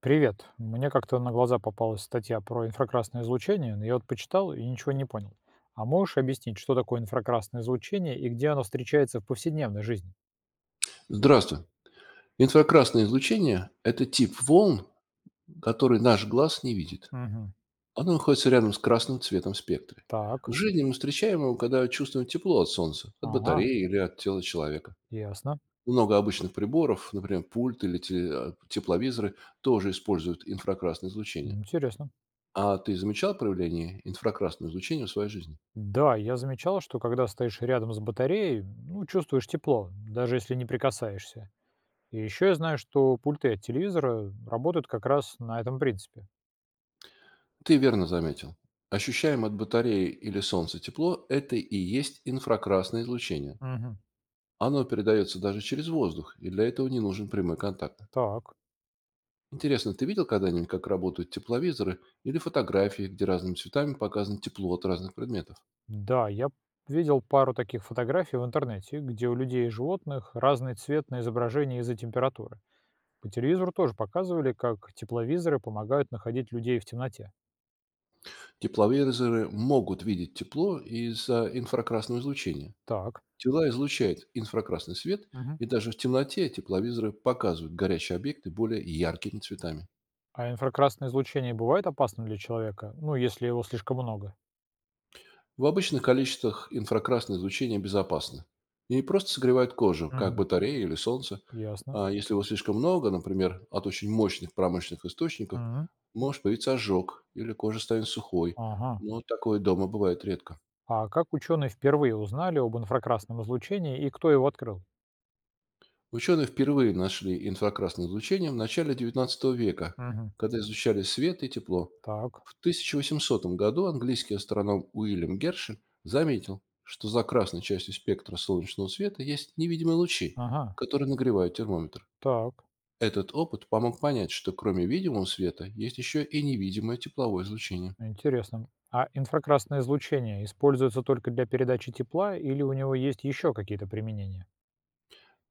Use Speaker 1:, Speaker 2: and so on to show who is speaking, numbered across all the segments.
Speaker 1: Привет. Мне как-то на глаза попалась статья про инфракрасное излучение, но я вот почитал и ничего не понял. А можешь объяснить, что такое инфракрасное излучение и где оно встречается в повседневной жизни?
Speaker 2: Здравствуй. Инфракрасное излучение — это тип волн, который наш глаз не видит.
Speaker 1: Угу.
Speaker 2: Оно находится рядом с красным цветом в спектре.
Speaker 1: Так.
Speaker 2: В жизни мы встречаем его, когда чувствуем тепло от солнца, от
Speaker 1: Ага,
Speaker 2: батареи или от тела человека.
Speaker 1: ясно.
Speaker 2: Много обычных приборов, например, пульт или тепловизоры, тоже используют инфракрасное излучение.
Speaker 1: Интересно.
Speaker 2: А ты замечал проявление инфракрасного излучения в своей жизни?
Speaker 1: Да, я замечал, что когда стоишь рядом с батареей, ну, чувствуешь тепло, даже если не прикасаешься. И еще я знаю, что пульты от телевизора работают как раз на этом принципе.
Speaker 2: Ты верно заметил. Ощущаем от батареи или солнца тепло — это и есть инфракрасное излучение.
Speaker 1: Угу.
Speaker 2: Оно передается даже через воздух, и для этого не нужен прямой контакт.
Speaker 1: Так.
Speaker 2: Интересно, ты видел когда-нибудь, как работают тепловизоры или фотографии, где разными цветами показано тепло от разных предметов?
Speaker 1: Да, я видел пару таких фотографий в интернете, где у людей и животных разный цвет на изображении из-за температуры. По телевизору тоже показывали, как тепловизоры помогают находить людей в темноте.
Speaker 2: Тепловизоры могут видеть тепло из-за инфракрасного излучения.
Speaker 1: Так.
Speaker 2: Тела излучают инфракрасный свет,
Speaker 1: Мгм.
Speaker 2: и даже в темноте тепловизоры показывают горящие объекты более яркими цветами.
Speaker 1: А инфракрасное излучение бывает опасным для человека? Ну, если его слишком много.
Speaker 2: В обычных количествах инфракрасное излучение безопасно и просто согревает кожу, как
Speaker 1: Мгм.
Speaker 2: батарея или солнце.
Speaker 1: Ясно.
Speaker 2: А если его слишком много, например, от очень мощных промышленных источников,
Speaker 1: Мгм.
Speaker 2: может появиться ожог или кожа станет сухой.
Speaker 1: Ага.
Speaker 2: Но такое дома бывает редко.
Speaker 1: А как ученые впервые узнали об инфракрасном излучении и кто его открыл?
Speaker 2: Ученые впервые нашли инфракрасное излучение в начале XIX века,
Speaker 1: Мгм.
Speaker 2: когда изучали свет и тепло.
Speaker 1: Так.
Speaker 2: В 1800 году английский астроном Уильям Гершель заметил, что за красной частью спектра солнечного света есть невидимые лучи,
Speaker 1: Ага.
Speaker 2: которые нагревают термометр.
Speaker 1: Так.
Speaker 2: Этот опыт помог понять, что кроме видимого света есть еще и невидимое тепловое излучение.
Speaker 1: Интересно. А инфракрасное излучение используется только для передачи тепла или у него есть еще какие-то применения?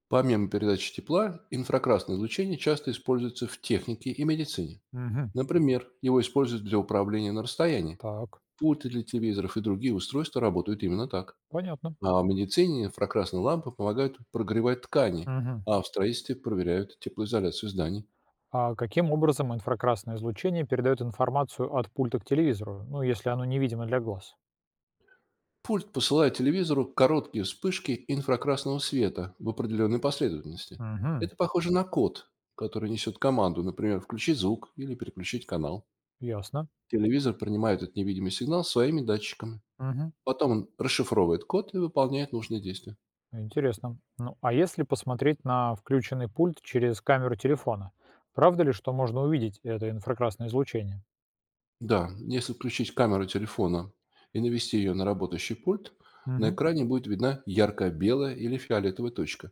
Speaker 2: Помимо передачи тепла, инфракрасное излучение часто используется в технике и медицине.
Speaker 1: Мгм.
Speaker 2: Например, его используют для управления на расстоянии.
Speaker 1: Так,
Speaker 2: Пульты для телевизоров и другие устройства работают именно так.
Speaker 1: понятно.
Speaker 2: А в медицине инфракрасные лампы помогают прогревать ткани,
Speaker 1: Мгм.
Speaker 2: а в строительстве проверяют теплоизоляцию зданий.
Speaker 1: А каким образом инфракрасное излучение передает информацию от пульта к телевизору, ну, если оно невидимо для глаз?
Speaker 2: Пульт посылает телевизору короткие вспышки инфракрасного света в определенной последовательности.
Speaker 1: Мгм.
Speaker 2: Это похоже на код, который несет команду, например, включить звук или переключить канал.
Speaker 1: Ясно.
Speaker 2: Телевизор принимает этот невидимый сигнал своими датчиками.
Speaker 1: Мгм.
Speaker 2: Потом он расшифровывает код и выполняет нужные действия.
Speaker 1: Интересно. Ну, а если посмотреть на включенный пульт через камеру телефона, правда ли, что можно увидеть это инфракрасное излучение?
Speaker 2: Да, если включить камеру телефона и навести ее на работающий пульт, на
Speaker 1: Мгм.
Speaker 2: экране будет видна яркая белая или фиолетовая точка.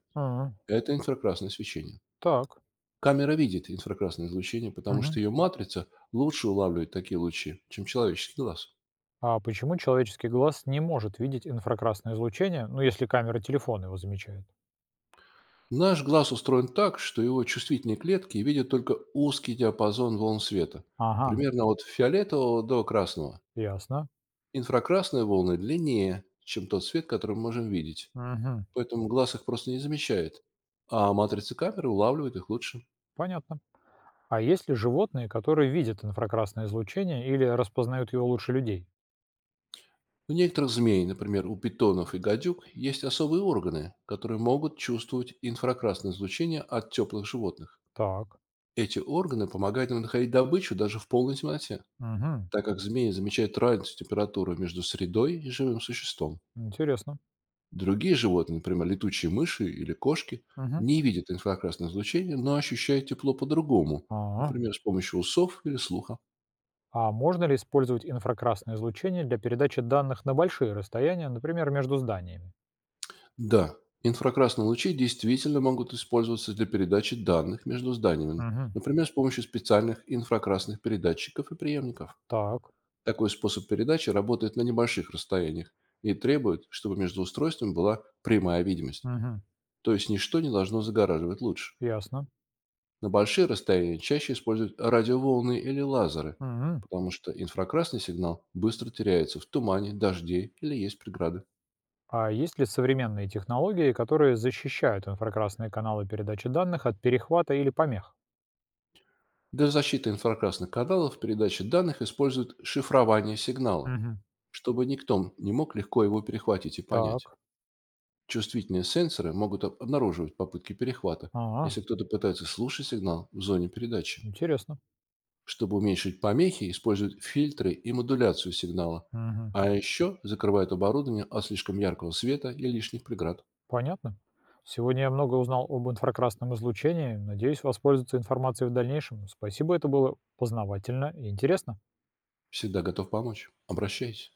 Speaker 2: Это инфракрасное свечение.
Speaker 1: Так.
Speaker 2: Камера видит инфракрасное излучение, потому
Speaker 1: Мгм.
Speaker 2: что ее матрица лучше улавливает такие лучи, чем человеческий глаз.
Speaker 1: А почему человеческий глаз не может видеть инфракрасное излучение, ну, если камера телефона его замечает?
Speaker 2: Наш глаз устроен так, что его чувствительные клетки видят только узкий диапазон волн света,
Speaker 1: Ага,
Speaker 2: примерно от фиолетового до красного.
Speaker 1: ясно.
Speaker 2: Инфракрасные волны длиннее, чем тот свет, который мы можем видеть,
Speaker 1: Мгм,
Speaker 2: поэтому глаз их просто не замечает, а матрицы камеры улавливают их лучше.
Speaker 1: понятно. А есть ли животные, которые видят инфракрасное излучение или распознают его лучше людей?
Speaker 2: У некоторых змей, например, у питонов и гадюк, есть особые органы, которые могут чувствовать инфракрасное излучение от теплых животных.
Speaker 1: Так.
Speaker 2: Эти органы помогают им находить добычу даже в полной темноте,
Speaker 1: Мгм,
Speaker 2: так как змеи замечают разницу температуры между средой и живым существом.
Speaker 1: интересно.
Speaker 2: Другие животные, например, летучие мыши или кошки,
Speaker 1: Мгм.
Speaker 2: не видят инфракрасное излучение, но ощущают тепло по-другому,
Speaker 1: Ага.
Speaker 2: например, с помощью усов или слуха.
Speaker 1: А можно ли использовать инфракрасное излучение для передачи данных на большие расстояния, например, между зданиями?
Speaker 2: Да, инфракрасные лучи действительно могут использоваться для передачи данных между зданиями,
Speaker 1: Мгм.
Speaker 2: например, с помощью специальных инфракрасных передатчиков и приемников.
Speaker 1: Так.
Speaker 2: Такой способ передачи работает на небольших расстояниях и требует, чтобы между устройствами была прямая видимость,
Speaker 1: Мгм.
Speaker 2: то есть ничто не должно загораживать луч.
Speaker 1: Ясно.
Speaker 2: На большие расстояния чаще используют радиоволны или лазеры,
Speaker 1: Мгм.
Speaker 2: потому что инфракрасный сигнал быстро теряется в тумане, дожде или есть преграды.
Speaker 1: А есть ли современные технологии, которые защищают инфракрасные каналы передачи данных от перехвата или помех?
Speaker 2: Для защиты инфракрасных каналов передачи данных используют шифрование сигнала,
Speaker 1: Мгм.
Speaker 2: чтобы никто не мог легко его перехватить и понять.
Speaker 1: Так,
Speaker 2: Чувствительные сенсоры могут обнаруживать попытки перехвата,
Speaker 1: а,
Speaker 2: если кто-то пытается слушать сигнал в зоне передачи.
Speaker 1: интересно.
Speaker 2: Чтобы уменьшить помехи, используют фильтры и модуляцию сигнала,
Speaker 1: Мгм.
Speaker 2: а еще закрывают оборудование от слишком яркого света и лишних преград.
Speaker 1: Понятно. Сегодня я много узнал об инфракрасном излучении. Надеюсь, воспользоваться информацией в дальнейшем. Спасибо, это было познавательно и интересно.
Speaker 2: Всегда готов помочь. Обращайтесь.